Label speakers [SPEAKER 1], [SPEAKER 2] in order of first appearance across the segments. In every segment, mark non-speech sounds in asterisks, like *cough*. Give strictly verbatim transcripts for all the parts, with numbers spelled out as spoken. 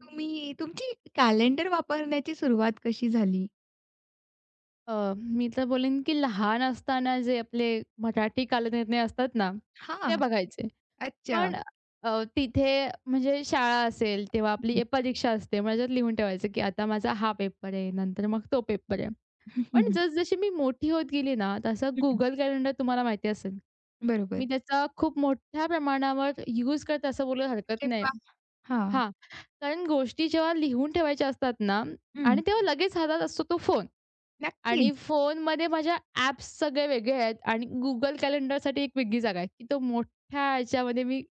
[SPEAKER 1] तुम्ही तुमची कॅलेंडर वापरण्याची सुरुवात कशी झाली?
[SPEAKER 2] अ, मी तर बोलेन, की लहान असताना जे आपले मराठी कालनिर्णय असतात ना, ते
[SPEAKER 1] हां,
[SPEAKER 2] बघायचे.
[SPEAKER 1] अच्छा.
[SPEAKER 2] पण अ, तिथे म्हणजे शाळा असेल, तेव्हा आपली ए
[SPEAKER 1] *laughs*
[SPEAKER 2] परीक्षा असते, मग त्याच्यात लिहून ठेवायचं, की आता माझा हा पेपर आहे, नंतर मग तो पेपर आहे.
[SPEAKER 1] हं,
[SPEAKER 2] पण
[SPEAKER 1] हं.
[SPEAKER 2] जसजशी मी मोठी होत गेली ना, तसं
[SPEAKER 1] हं, हं.
[SPEAKER 2] Google कॅलेंडर तुम्हाला माहिती असेल, मी
[SPEAKER 1] बरोबर.
[SPEAKER 2] त्याचा खूप मोठ्या प्रमाणावर यूज करते असं बोलायला हरकत
[SPEAKER 1] अरे
[SPEAKER 2] नाही.
[SPEAKER 1] वाह! हां,
[SPEAKER 2] हां, कारण गोष्टी जेव्हा लिहून ठेवायच्या असतात ना
[SPEAKER 1] हं.
[SPEAKER 2] आणि तेव्हा लगेच हातात असतो तो फोन. आणि
[SPEAKER 1] नक्कीच.
[SPEAKER 2] फोनमध्ये माझ्या ॲप्स सगळे वेगळे आहेत आणि Google कॅलेंडरसाठी एक वेगळी जागा आहे, की तो मोठ्या ह्याच्यामध्ये मी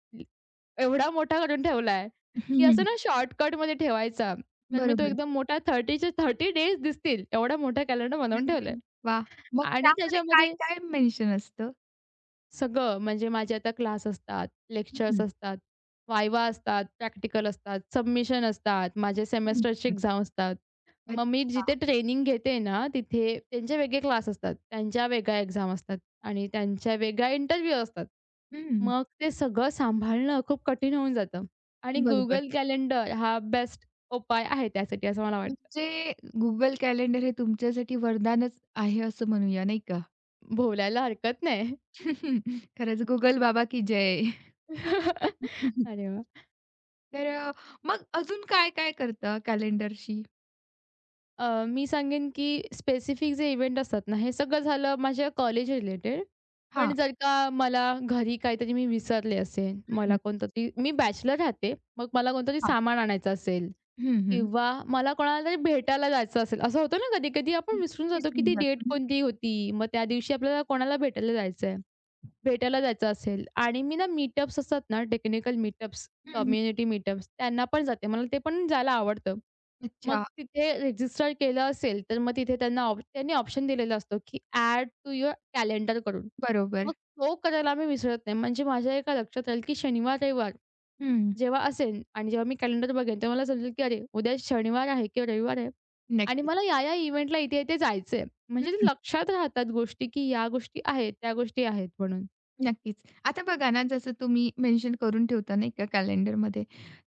[SPEAKER 2] एवढा मोठा करून ठेवला आहे,
[SPEAKER 1] *laughs* हं,
[SPEAKER 2] की असं
[SPEAKER 1] हं.
[SPEAKER 2] ना शॉर्टकटमध्ये ठेवायचा. तर मी तो
[SPEAKER 1] बरोबर.
[SPEAKER 2] एकदम मोठा 30च्या तीस डेज दिसतील एवढा मोठा कॅलेंडर बनवून ठेवलाय
[SPEAKER 1] अरे वाह! मग
[SPEAKER 2] आणि
[SPEAKER 1] त्यामध्ये
[SPEAKER 2] त्याच्यामध्ये
[SPEAKER 1] काय-काय मेन्शन असतं?
[SPEAKER 2] सगळं. म्हणजे माझे आता क्लास असतात, लेक्चर्स
[SPEAKER 1] हं,
[SPEAKER 2] असतात, वायवा असतात, प्रॅक्टिकल असतात, सबमिशन असतात, माझे
[SPEAKER 1] हं,
[SPEAKER 2] सेमेस्टरचे
[SPEAKER 1] हं.
[SPEAKER 2] एक्झाम असतात. मग मी
[SPEAKER 1] अच्छा.
[SPEAKER 2] जिथे ट्रेनिंग घेते ना, तिथे त्यांचे वेगळे क्लास असतात, त्यांच्या वेगळ्या एक्झाम असतात आणि त्यांच्या वेगळ्या इंटरव्ह्यू असतात.
[SPEAKER 1] हं,
[SPEAKER 2] मग ते सगळं सांभाळणं खूप कठीण होऊन जातं आणि
[SPEAKER 1] बरोबर.
[SPEAKER 2] Google कॅलेंडर हा बेस्ट उपाय आहे त्यासाठी असं मला वाटतं.
[SPEAKER 1] म्हणजे Google कॅलेंडर हे तुमच्यासाठी वरदानच आहे असं म्हणूया नाही का?
[SPEAKER 2] भोवल्याला हरकत नाही.
[SPEAKER 1] *laughs* खरंच Google बाबा की जय.
[SPEAKER 2] *laughs*
[SPEAKER 1] *laughs*
[SPEAKER 2] अरे वाह!
[SPEAKER 1] तर अ, मग अजून काय-काय करता कॅलेंडरशी?
[SPEAKER 2] अ, मी सांगेन की स्पेसिफिक जे इव्हेंट असतात ना, हे सगळं झालं माझ्या कॉलेज रिलेटेड. पण
[SPEAKER 1] हां.
[SPEAKER 2] जर का मला घरी काहीतरी मी विसरले असेल, मला
[SPEAKER 1] हं.
[SPEAKER 2] कोणतरी मी बॅचलर राहते, मग मला कोणतरी
[SPEAKER 1] हां.
[SPEAKER 2] सामान आणायचं असेल
[SPEAKER 1] हं, हं.
[SPEAKER 2] किंवा मला कोणाला तरी भेटायला जायचं असेल, असं होतं ना कधी-कधी आपण विसरून
[SPEAKER 1] मी
[SPEAKER 2] जातो की ती डेट
[SPEAKER 1] जातो. नक्की.
[SPEAKER 2] कोणती होती, मग त्या दिवशी आपल्याला कोणाला भेटायला जायचं आहे. भेटायला जायचं असेल आणि मी ना मीटअप्स असतात ना, टेक्निकल मीटअप्स,
[SPEAKER 1] हं, हं.
[SPEAKER 2] कम्युनिटी मीटअप्स त्यांना पण जाते. मला ते पण जायला आवडतं. मग
[SPEAKER 1] अच्छा.
[SPEAKER 2] तिथे रजिस्टर केलं असेल, तर मग तिथे त्यांना ऑप त्यांनी ऑप्शन दिलेला असतो, की ॲड टू युअर कॅलेंडर करून.
[SPEAKER 1] बरोबर.
[SPEAKER 2] मग तो करायला मी विसरत नाही. म्हणजे माझ्या एका लक्षात राहील, की शनिवार, रविवार
[SPEAKER 1] हं.
[SPEAKER 2] जेव्हा असेल आणि जेव्हा मी कॅलेंडर बघेन, तेव्हा मला समजेल, की अरे, उद्या शनिवार आहे किंवा रविवार आहे आणि
[SPEAKER 1] नक्कीच.
[SPEAKER 2] मला या-या इव्हेंटला इथे-इथे जायचंय. म्हणजे
[SPEAKER 1] हं.
[SPEAKER 2] ते लक्षात राहतात गोष्टी, की या गोष्टी आहेत, त्या गोष्टी आहेत म्हणून.
[SPEAKER 1] नक्कीच. आता बघा ना, जसं तुम्ही मेन्शन करून ठेवता नाही का कॅलेंडरमध्ये,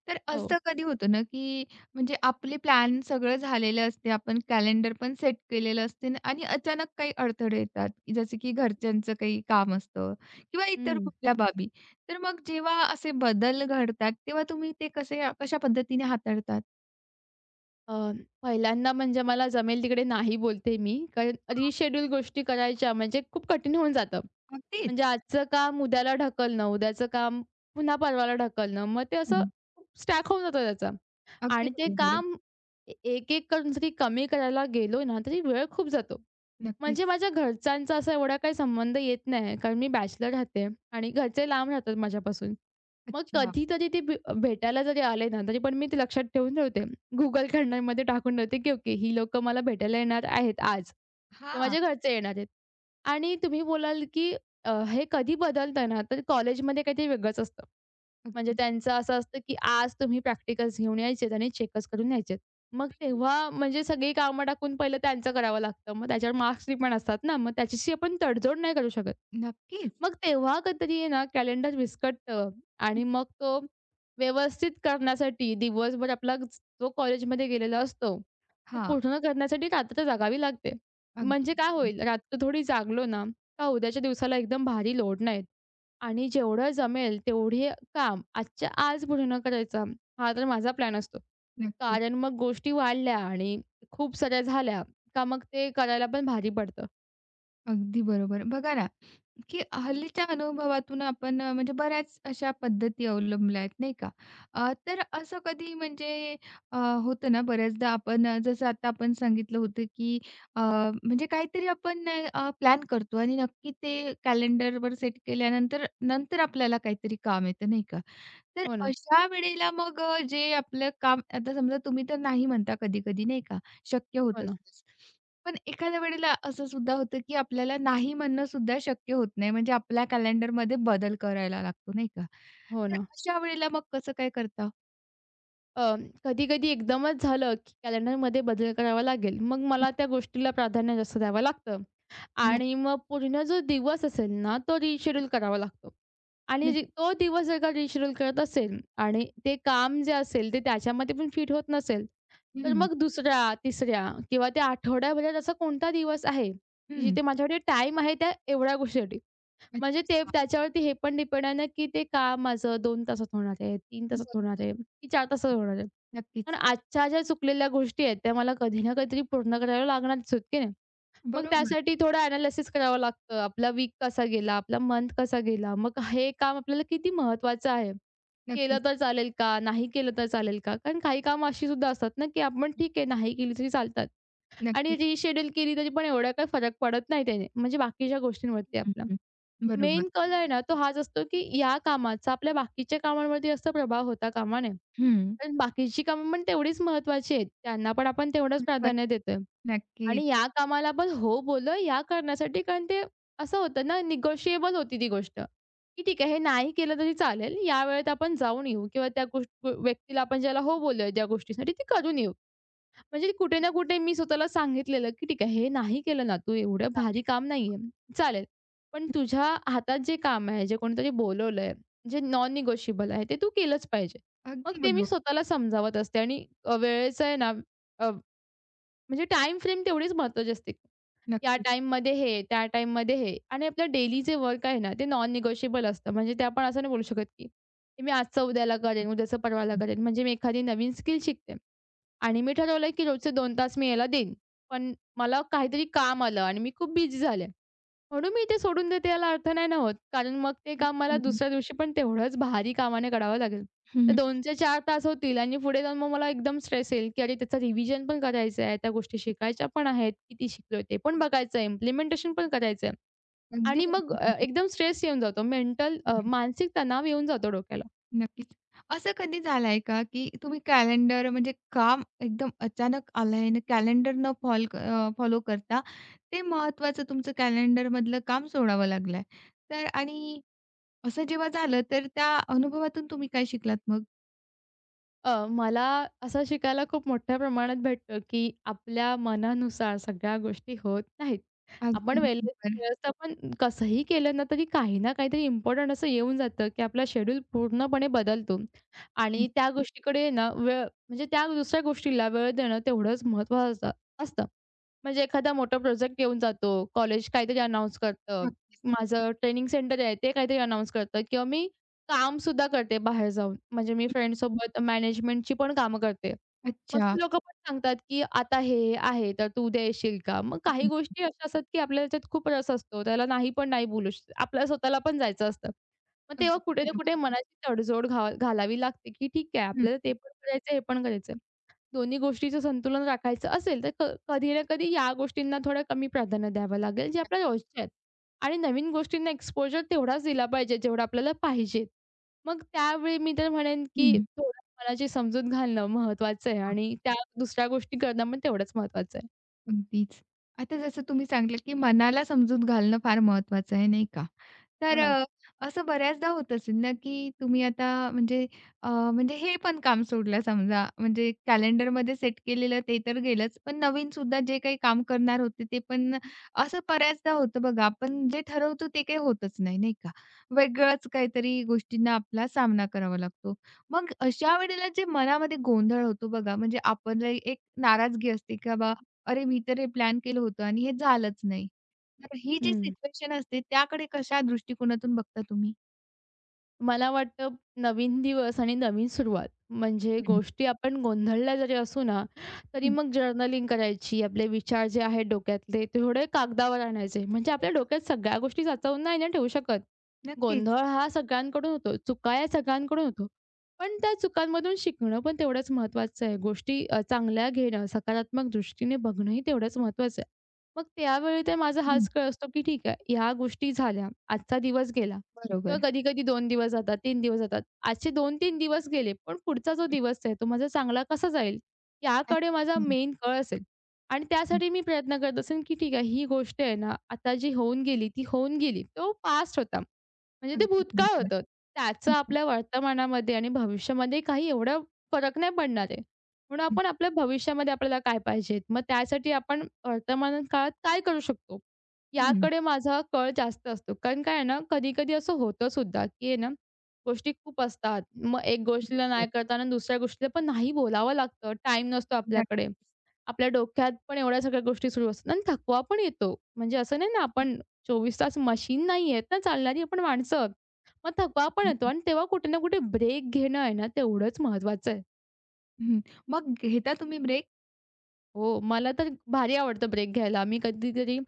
[SPEAKER 1] तर
[SPEAKER 2] हो.
[SPEAKER 1] असं कधी होतं ना, की म्हणजे आपले प्लॅन सगळं झालेलं असते, आपण कॅलेंडर पण सेट केलेलं असते न आणि अचानक काही अडथळे येतात, जसे की घरच्यांचं काही काम असतं किंवा इतर
[SPEAKER 2] हं.
[SPEAKER 1] कुठल्या बाबी. तर मग जेव्हा असे बदल घडतात, तेव्हा तुम्ही ते कसे कशा पद्धतीने हाताळतात?
[SPEAKER 2] अ, पहिल्यांदा म्हणजे मला जमेल तिकडे नाही बोलते मी. कारण रिशेड्यूल गोष्टी करायच्या म्हणजे खूप कठीण होऊन जातं. म्हणजे
[SPEAKER 1] अगदीच.
[SPEAKER 2] आजचं काम उद्याला ढकलणं, उद्याचं काम पुन्हा परवाला ढकलणं. मग ते असं
[SPEAKER 1] हं.
[SPEAKER 2] स्टॅक होऊन जातं त्याचा.
[SPEAKER 1] अगदी
[SPEAKER 2] आणि ते
[SPEAKER 1] बरोबर.
[SPEAKER 2] काम ए एक-एक करून जरी कमी करायला गेलो ना, तरी वेळ खूप जातो.
[SPEAKER 1] नक्कीच.
[SPEAKER 2] म्हणजे माझ्या घरच्यांचा असा एवढा काही संबंध येत नाही, कारण मी बॅचलर राहते आणि घरचे लांब राहतात माझ्यापासून. मग
[SPEAKER 1] अच्छा.
[SPEAKER 2] कधीतरी ते भे भेटायला जरी आले ना, तरी पण मी ते लक्षात ठेवून ठेवते. Google कॅलेंडरमध्ये टाकून ठेवते, की ओके ही लोकं मला भेटायला येणार आहेत आज किंवा
[SPEAKER 1] हां.
[SPEAKER 2] माझ्या घरचे येणार आहेत. आणि तुम्ही बोलाल, की अ, हे कधी बदलतं ना, तर कॉलेजमध्ये काहीतरी वेगळंच असतं. म्हणजे
[SPEAKER 1] अगदी
[SPEAKER 2] त्यांचं असं असतं, की आज तुम्ही प्रॅक्टिकल्स घेऊन यायचेत आणि चेकच करून यायचेत. मग
[SPEAKER 1] बरोबर.
[SPEAKER 2] तेव्हा म्हणजे सगळी कामं टाकून पहिलं त्यांचं करावं लागतं. मग त्याच्यावर मार्क्सनी पण असतात ना, मग त्याच्याशी आपण तडजोड नाही करू शकत.
[SPEAKER 1] नक्कीच.
[SPEAKER 2] मग तेव्हा कधीतरी आहे ना, कॅलेंडर विस्कटतं आणि मग तो व्यवस्थित करण्यासाठी दिवसभर आपला ज- जो कॉलेजमध्ये गेलेला असतो, तो
[SPEAKER 1] हां.
[SPEAKER 2] पूर्ण करण्यासाठी रात्र जागावी लागते. म्हणजे
[SPEAKER 1] अगदी.
[SPEAKER 2] काय होईल, रात्र थोडी जागलो ना, का उद्याच्या दिवसाला एकदम भारी लोड नाहीत आणि जेवढं जमेल तेवढे काम आजच्या आज पूर्ण करायचा, हा तर माझा प्लॅन असतो.
[SPEAKER 1] नक्कीच.
[SPEAKER 2] कारण मग गोष्टी वाढल्या आणि खूप साऱ्या झाल्या, का मग ते करायला पण भारी पडतं.
[SPEAKER 1] अगदी बरोबर. बघा ना, की हल्लीच्या अनुभवातून आपण अ, म्हणजे बऱ्याच अशा पद्धती अवलंबल्या आहेत, नाही का? अ, तर असं कधी म्हणजे अ, होतं ना बऱ्याचदा आपण अ, जसं आता आपण सांगितलं होतं, की अ, म्हणजे काहीतरी आपण अ, प्लॅन करतो आणि नक्की ते कॅलेंडरवर सेट केल्यानंतर, नंतर आपल्याला काहीतरी काम येतं, नाही का? तर
[SPEAKER 2] हो ना,
[SPEAKER 1] अशा वेळेला मग अ, जे आपलं काम आता समजा तुम्ही तर नाही म्हणता कधी-कधी नाही का, शक्य
[SPEAKER 2] हो
[SPEAKER 1] होत
[SPEAKER 2] ना,
[SPEAKER 1] असतेच. पण एखाद्या वेळेला असं सुद्धा होतं, की आपल्याला नाही म्हणणं सुद्धा शक्य होत नाही. म्हणजे आपल्या कॅलेंडरमध्ये बदल करायला लागतो नाही का.
[SPEAKER 2] हो
[SPEAKER 1] तर
[SPEAKER 2] ना.
[SPEAKER 1] अशा वेळेला मग कसं काय करता?
[SPEAKER 2] अ, कधी-कधी एकदमच झालं, की कॅलेंडरमध्ये बदल करावा लागेल. मग मला त्या गोष्टीला प्राधान्य जास्त द्यावं लागतं
[SPEAKER 1] मग
[SPEAKER 2] आणि मग पूर्ण जो दिवस असेल ना, तो रिशेड्यूल करावा लागतो
[SPEAKER 1] न
[SPEAKER 2] आणि रि तो दिवस जर का रिशेड्यूल करत असेल आणि ते काम जे असेल ते त्याच्यामध्ये पण फिट होत नसेल, तर
[SPEAKER 1] हं,
[SPEAKER 2] मग दुसऱ्या, तिसऱ्या किंवा त्या आठवड्याभरात असा कोणता दिवस आहे, की
[SPEAKER 1] हं.
[SPEAKER 2] जिथे माझ्याकडे टाईम आहे त्या एवढ्या गोष्टीसाठी. म्हणजे ते
[SPEAKER 1] अच्छा.
[SPEAKER 2] त्याच्यावरती हे पण डिपेंड आहे ना, की ते काम माझं दोन तासात होणार आहे, तीन तासात होणार
[SPEAKER 1] बरोबर.
[SPEAKER 2] आहे, की चार तासात होणार आहे. पण
[SPEAKER 1] नक्कीच.
[SPEAKER 2] आजच्या ज्या चुकलेल्या गोष्टी आहेत, त्या मला कधी ना कधीतरी पूर्ण करायला लागणारच आहेत, की नाही? मग
[SPEAKER 1] बरोबर.
[SPEAKER 2] त्यासाठी थोडं एनालिसिस करावं लागतं. आपला वीक कसा गेला? आपला मंथ कसा गेला? मग हे काम आपल्याला किती महत्त्वाचं आहे? केलं
[SPEAKER 1] नक्कीच.
[SPEAKER 2] तर चालेल का? नाही केलं तर चालेल का? कारण काही कामं अशी सुद्धा असतात ना, की आपण ठीक आहे, नाही केली तरी चालतात आणि
[SPEAKER 1] नक्कीच.
[SPEAKER 2] रिशेड्यूल केली तरी पण एवढा काही फरक पडत नाही त्याने, म्हणजे बाकीच्या गोष्टींवरती
[SPEAKER 1] हं,
[SPEAKER 2] आपल्या.
[SPEAKER 1] हं. बरोबर.
[SPEAKER 2] मेन कल आहे ना, तो हाच असतो, की या कामाचा आपल्या बाकीच्या कामांवरती जास्त प्रभाव होता कामा नये.
[SPEAKER 1] हं.
[SPEAKER 2] कारण बाकीची कामं पण तेवढीच महत्त्वाची आहेत. त्यांना पण आपण तेवढंच
[SPEAKER 1] बरोबर.
[SPEAKER 2] प्राधान्य देतोय.
[SPEAKER 1] नक्कीच.
[SPEAKER 2] आणि या कामाला आपण हो बोललो या करण्यासाठी कारण ते असं होतं ना, निगोशिएबल होती ती गोष्ट, की ठीक आहे, हे नाही केलं तरी चालेल. या वेळेत आपण जाऊन येऊ किंवा त्या गोष्ट व्यक्तीला आपण ज्याला हो बोललोय त्या गोष्टीसाठी ती करून येऊ. म्हणजे कुठे ना कुठे मी स्वतःला सांगितलेलं, की "ठीक आहे, हे नाही केलं ना, तू एवढं भारी काम नाहीये, चालेल. पण तुझ्या हातात जे काम आहे, जे कोणीतरी बोलवलंय, जे नॉन निगोशिएबल आहे, ते तू केलंच पाहिजे." मग
[SPEAKER 1] अगदी
[SPEAKER 2] ते मी
[SPEAKER 1] बरोबर.
[SPEAKER 2] स्वतःला समजावत असते आणि अ, वेळेचं आहे ना, अ, म्हणजे टाईम फ्रेम तेवढीच महत्त्वाची असते. या
[SPEAKER 1] नक्कीच.
[SPEAKER 2] टाईममध्ये हे, त्या टाईममध्ये हे आणि आपलं डेली जे वर्क आहे ना, ते नॉन निगोशिएबल असतं. म्हणजे ते आपण असं नाही बोलू शकत, की "हे मी आजचं उद्याला करेन, उद्याचं परवाला करेन." म्हणजे मी एखादी नवीन स्किल शिकते. आणि मी ठरवलं की रोजचे दोन तास मी याला देईन. पण मला काहीतरी काम आलं आणि मी खूप बिझी झाले. म्हणून मी ते सोडून देते याला अर्थ नाही ना होत. कारण मग ते काम मला
[SPEAKER 1] हं,
[SPEAKER 2] दुसऱ्या दिवशी पण तेवढंच भारी कामाने करावं लागेल. तर
[SPEAKER 1] हं.
[SPEAKER 2] दोन ते चार तास होतील आणि पुढे जाऊन मग मला एकदम स्ट्रेस येईल, की अरे त्याचं रिव्हिजन पण करायचं आहे, त्या गोष्टी शिकायच्या पण आहेत, किती शिकलोय ते पण बघायचं आहे, इम्प्लिमेंटेशन पण करायचं आहे.
[SPEAKER 1] अगदी
[SPEAKER 2] आणि मग
[SPEAKER 1] बरोबर
[SPEAKER 2] अ,
[SPEAKER 1] बोललात.
[SPEAKER 2] एकदम स्ट्रेस येऊन जातो. मेंटल
[SPEAKER 1] हं,
[SPEAKER 2] मानसिक तणाव येऊन जातो डोक्याला.
[SPEAKER 1] नक्कीच. असं कधी झालंय का, की तुम्ही कॅलेंडर म्हणजे काम एकदम अचानक आलंय आणि कॅलेंडर न फॉल फॉलो करता ते महत्त्वाचं तुमचं कॅलेंडरमधलं काम सोडावं लागलंय. तर आणि असं जेव्हा झालं, तर त्या अनुभवातून तुम्ही काय शिकलात मग?
[SPEAKER 2] अ, मला असं शिकायला खूप मोठ्या प्रमाणात भेटतं, की आपल्या मनानुसार सगळ्या गोष्टी होत नाहीत. आपण
[SPEAKER 1] अगदी
[SPEAKER 2] वेळेचं
[SPEAKER 1] बरोबर.
[SPEAKER 2] व्यवस्थापन कसंही केलं ना, तरी काही ना काहीतरी इम्पोर्टंट असं येऊन जातं, की आपला शेड्यूल पूर्णपणे बदलतो
[SPEAKER 1] हं.
[SPEAKER 2] आणि त्या गोष्टीकडे ना वेळ म्हणजे त्या दुसऱ्या गोष्टीला वेळ देणं तेवढंच महत्त्वाचं असतं असतं. म्हणजे एखादा मोठा प्रोजेक्ट येऊन जातो, कॉलेज काहीतरी अनाउन्स करतं, माझं ट्रेनिंग सेंटर आहे ते काहीतरी अनाउन्स करतं किंवा मी काम कामसुद्धा करते बाहेर जाऊन. म्हणजे मी फ्रेंड्ससोबत मॅनेजमेंटची पण कामं करते. मग
[SPEAKER 1] अच्छा.
[SPEAKER 2] ती लोकं पण सांगतात, की "आता हे हे आहे, तर तू उद्या येशील का?" मग काही
[SPEAKER 1] हं.
[SPEAKER 2] गोष्टी अशा असतात, की आपल्याला त्याच्यात खूप रस असतो. त्याला नाही पण नाही बोलू शकत. आपल्याला स्वतःला पण जायचं असतं. मग तेव्हा
[SPEAKER 1] अगदी
[SPEAKER 2] कुठे ना
[SPEAKER 1] बरोबर.
[SPEAKER 2] कुठे मनाची तडजोड घा घालावी लागते, की ठीक आहे
[SPEAKER 1] हं,
[SPEAKER 2] आपल्याला ते पण करायचंय, हे पण करायचंय. दोन्ही गोष्टीचं संतुलन राखायचं असेल, तर क कधी ना कधी या गोष्टींना थोडं कमी प्राधान्य द्यावं लागेल, जे आपल्या रोजच्या आहेत. आणि नवीन गोष्टींना एक्सपोजर तेवढाच दिला पाहिजे, जेवढा आपल्याला पाहिजे. मग त्यावेळी मी तर म्हणेन, की
[SPEAKER 1] हं.
[SPEAKER 2] थोडं मनाची समजूत घालणं महत्त्वाचं आहे आणि त्या दुसऱ्या गोष्टी करणं पण तेवढंच महत्त्वाचं आहे.
[SPEAKER 1] अगदीच. आता जसं तुम्ही सांगितलं, की मनाला समजून घालणं फार महत्वाचं आहे, नाही का?
[SPEAKER 2] हो
[SPEAKER 1] तर
[SPEAKER 2] ना.
[SPEAKER 1] अ, असं बऱ्याचदा होत असेल ना, की तुम्ही आता म्हणजे अ, म्हणजे हे पण काम सोडलं समजा, म्हणजे कॅलेंडरमध्ये सेट केलेलं ते तर गेलंच, पण नवीन सुद्धा जे काही काम करणार होते ते पण असं बऱ्याचदा होतं बघा, आपण जे ठरवतो ते काही होतच नाही, नाही का? वेगळंच काहीतरी गोष्टींना आपला सामना करावा लागतो. मग अशा वेळेला जे मनामध्ये गोंधळ होतो बघा, म्हणजे आपल्याला एक नाराजगी असते, की अरे, मी तर हे प्लॅन केलं होतं आणि हे झालंच नाही. तर ही जी
[SPEAKER 2] हं.
[SPEAKER 1] सिच्युएशन असते त्याकडे कशा दृष्टिकोनातून बघता तुम्ही?
[SPEAKER 2] मला वाटतं नवीन दिवस आणि नवीन सुरुवात म्हणजे
[SPEAKER 1] हं,
[SPEAKER 2] गोष्टी आपण गोंधळल्या जरी असू ना, तरी
[SPEAKER 1] हं.
[SPEAKER 2] मग जर्नलिंग करायची. आपले विचार जे आहेत डोक्यातले, ते थोडे कागदावर आणायचे. म्हणजे आपल्या डोक्यात सगळ्या गोष्टी साचवून नाही ना ठेवू शकत.
[SPEAKER 1] नक्कीच.
[SPEAKER 2] गोंधळ हा सगळ्यांकडून होतो. चुका या सगळ्यांकडून होतो. पण त्या चुकांमधून शिकणं पण तेवढंच महत्त्वाचं आहे. गोष्टी अ, चांगल्या घेणं, सकारात्मक दृष्टीने बघणंही तेवढंच महत्त्वाचं आहे. मग त्यावेळी तर माझा
[SPEAKER 1] हं,
[SPEAKER 2] हाच कळ असतो, की ठीक आहे, ह्या गोष्टी झाल्या, आजचा दिवस गेला किंवा
[SPEAKER 1] बरोबर.
[SPEAKER 2] कधी-कधी दोन दिवस जातात, तीन दिवस जातात. आजचे दोन तीन दिवस गेले, पण पुढचा जो दिवस आहे, तो माझा चांगला कसा जाईल,
[SPEAKER 1] हं,
[SPEAKER 2] याकडे माझा मेन कळ असेल. आणि
[SPEAKER 1] हं.
[SPEAKER 2] त्यासाठी मी प्रयत्न करत असेन, की ठीक आहे, ही गोष्ट आहे ना, आता जी होऊन गेली, ती होऊन गेली. तो पास्ट होता. म्हणजे ते
[SPEAKER 1] अगदी
[SPEAKER 2] भूतकाळ
[SPEAKER 1] बरोबर.
[SPEAKER 2] होतं. त्याचा
[SPEAKER 1] हं,
[SPEAKER 2] आपल्या वर्तमानामध्ये आणि भविष्यामध्ये काही एवढा फरक नाही पडणार आहे. म्हणून
[SPEAKER 1] हं,
[SPEAKER 2] आपण आपल्या भविष्यामध्ये आपल्याला काय पाहिजे? मग त्यासाठी आपण वर्तमान काळात काय करू शकतो?
[SPEAKER 1] हं.
[SPEAKER 2] याकडे माझा कल जास्त असतो. कारण काय आहे ना, कधी-कधी असं होतं सुद्धा, की आहे ना, गोष्टी खूप असतात. मग एक
[SPEAKER 1] हं,
[SPEAKER 2] गोष्टीला
[SPEAKER 1] बरोबर.
[SPEAKER 2] नाही करताना दुसऱ्या गोष्टीला पण नाही बोलावं लागतं. टाईम नसतो
[SPEAKER 1] नक्की.
[SPEAKER 2] आपल्याकडे. आपल्या डोक्यात पण एवढ्या सगळ्या गोष्टी सुरू असतात आणि थकवा पण येतो. म्हणजे असं नाही ना आपण चोवीस तास मशीन नाही आहेत ना चालणारी आपण माणसं आहोत. मग थकवा पण येतो आणि तेव्हा कुठे ना कुठे ब्रेक घेणं आहे ना तेवढंच महत्त्वाचं आहे.
[SPEAKER 1] हं. मग घेता तुम्ही ब्रेक?
[SPEAKER 2] हो, मला तर भारी आवडतं ब्रेक घ्यायला. मी कधीतरी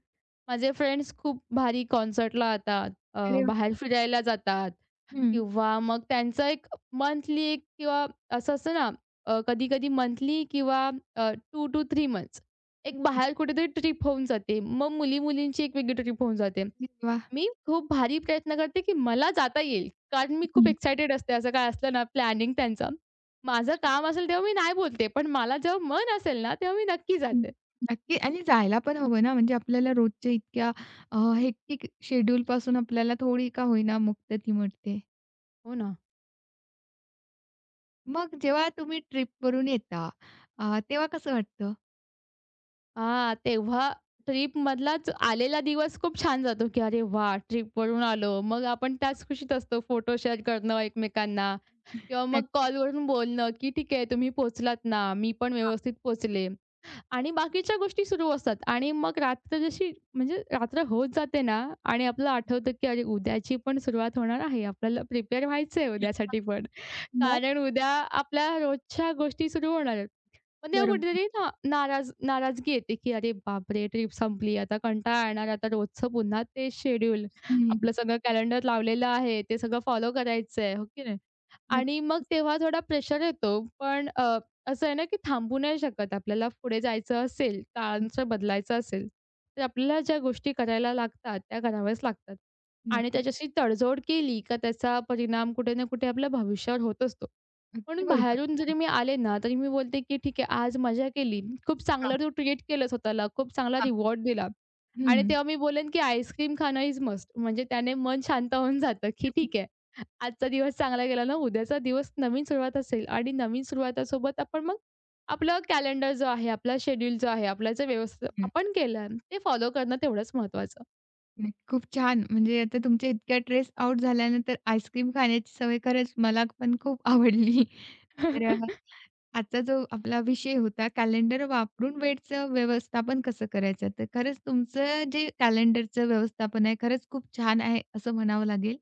[SPEAKER 2] माझे फ्रेंड्स खूप भारी कॉन्सर्टला जातात, अ,
[SPEAKER 1] अरे वाह!
[SPEAKER 2] बाहेर फिरायला जातात.
[SPEAKER 1] हं.
[SPEAKER 2] किंवा मग त्यांचं एक मंथली एक किंवा असं असतं ना, अ, कधी-कधी मंथली किंवा अ, दोन तीन मंथ्स एक
[SPEAKER 1] अच्छा.
[SPEAKER 2] बाहेर कुठेतरी ट्रिप होऊन जाते. मग मुली-मुलींची एक वेगळी ट्रिप होऊन जाते.
[SPEAKER 1] अरे वाह!
[SPEAKER 2] मी खूप भारी प्रयत्न करते, की मला जाता येईल. कारण मी खूप
[SPEAKER 1] हं,
[SPEAKER 2] एक्साइटेड असते. असं काय असलं ना प्लॅनिंग त्यांचं. माझं काम असेल तेव्हा मी नाही बोलते. पण मला जेव्हा मन असेल ना, तेव्हा मी नक्की
[SPEAKER 1] हं.
[SPEAKER 2] जाते.
[SPEAKER 1] नक्की आणि जायला पण हवं ना, म्हणजे आपल्याला रोजच्या इतक्या अ, हेक्टिक शेड्यूलपासून आपल्याला थोडी का होईना मुक्तती मिळते.
[SPEAKER 2] हो ना.
[SPEAKER 1] मग जेव्हा तुम्ही ट्रिपवरून येता अ, तेव्हा कसं वाटतं?
[SPEAKER 2] हां, तेव्हा ट्रिपमधलाच आलेला दिवस खूप छान जातो, की "अरे वाह! ट्रिपवरून आलो." मग आपण
[SPEAKER 1] हां.
[SPEAKER 2] त्याच खुशीत असतो. फोटो शेअर करणं एकमेकांना किंवा मग
[SPEAKER 1] नक्की.
[SPEAKER 2] कॉलवरून बोलणं, की "ठीक आहे, तुम्ही पोहोचलात ना, मी पण
[SPEAKER 1] हां.
[SPEAKER 2] व्यवस्थित पोहोचले." आणि बाकीच्या गोष्टी सुरू असतात. आणि मग रात्र जशी म्हणजे रात्र होत जाते ना आणि आपल्याला आठवतं, की "अरे, उद्याची पण सुरुवात होणार आहे. आपल्याला प्रिपेअर व्हायचंय उद्यासाठी पण."
[SPEAKER 1] मग
[SPEAKER 2] कारण उद्या आपल्या रोजच्या गोष्टी सुरू होणार आहेत. पण तेव्हा कुठेतरी
[SPEAKER 1] बरोबर.
[SPEAKER 2] ना नाराज नाराजगी येते, की "अरे बापरे! ट्रिप संपली. आता कंटाळा येणार. आता रोजचं पुन्हा तेच शेड्यूल.
[SPEAKER 1] हं, हं.
[SPEAKER 2] आपलं सगळं कॅलेंडर लावलेलं आहे. ते सगळं फॉलो करायचंय." हो की नाही? आणि मग
[SPEAKER 1] नक्कीच.
[SPEAKER 2] तेव्हा थोडा प्रेशर येतो. पण अ, असं आहे ना, की थांबू नाही शकत. आपल्याला पुढे जायचं असेल, काळाचं बदलायचं असेल, तर आपल्याला ज्या गोष्टी करायला लागतात, त्या कराव्याच लागतात. आणि
[SPEAKER 1] नक्कीच.
[SPEAKER 2] त्याच्याशी तडजोड केली का त्याचा परिणाम कुठे ना कुठे आपल्या भविष्यावर होत असतो.
[SPEAKER 1] अगदी
[SPEAKER 2] म्हणून
[SPEAKER 1] बरोबर.
[SPEAKER 2] बाहेरून जरी मी आले ना, तरी मी बोलते, की ठीक आहे आज मजा केली. खूप
[SPEAKER 1] हां,
[SPEAKER 2] चांगलं तू ट्रीट केलं स्वतःला, खूप चांगला
[SPEAKER 1] हां.
[SPEAKER 2] रिवॉर्ड दिला.
[SPEAKER 1] हं,
[SPEAKER 2] आणि
[SPEAKER 1] हं.
[SPEAKER 2] तेव्हा मी बोलेन, की आईस्क्रीम खाणं इज मस्ट. म्हणजे त्याने मन शांत होऊन जातं, की ठीक आहे. आजचा दिवस चांगला गेला ना, उद्याचा दिवस नवीन सुरुवात असेल आणि नवीन सुरुवातासोबत आपण मग आपलं कॅलेंडर जो आहे, आपला शेड्यूल जो आहे, आपला जे व्यवस्थित
[SPEAKER 1] हं.
[SPEAKER 2] आपण केलं ते फॉलो करणं तेवढंच महत्त्वाचं.
[SPEAKER 1] नाही, खूप छान. म्हणजे आता तुमच्या इतक्या ट्रेस आउट झाल्यानंतर आईस्क्रीम खाण्याची सवय खरंच मला पण खूप *laughs* आवडली. तर अ,
[SPEAKER 2] *laughs*
[SPEAKER 1] आजचा जो आपला विषय होता कॅलेंडर वापरून वेळचं व्यवस्थापन कसं करायचं. तर खरंच तुमचं जे कॅलेंडरचं व्यवस्थापन आहे खरंच खूप छान आहे असं म्हणावं लागेल.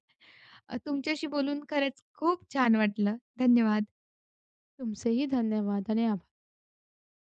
[SPEAKER 1] अ, तुमच्याशी बोलून खरंच खूप छान वाटलं. धन्यवाद.
[SPEAKER 2] तुमचेही धन्यवाद आणि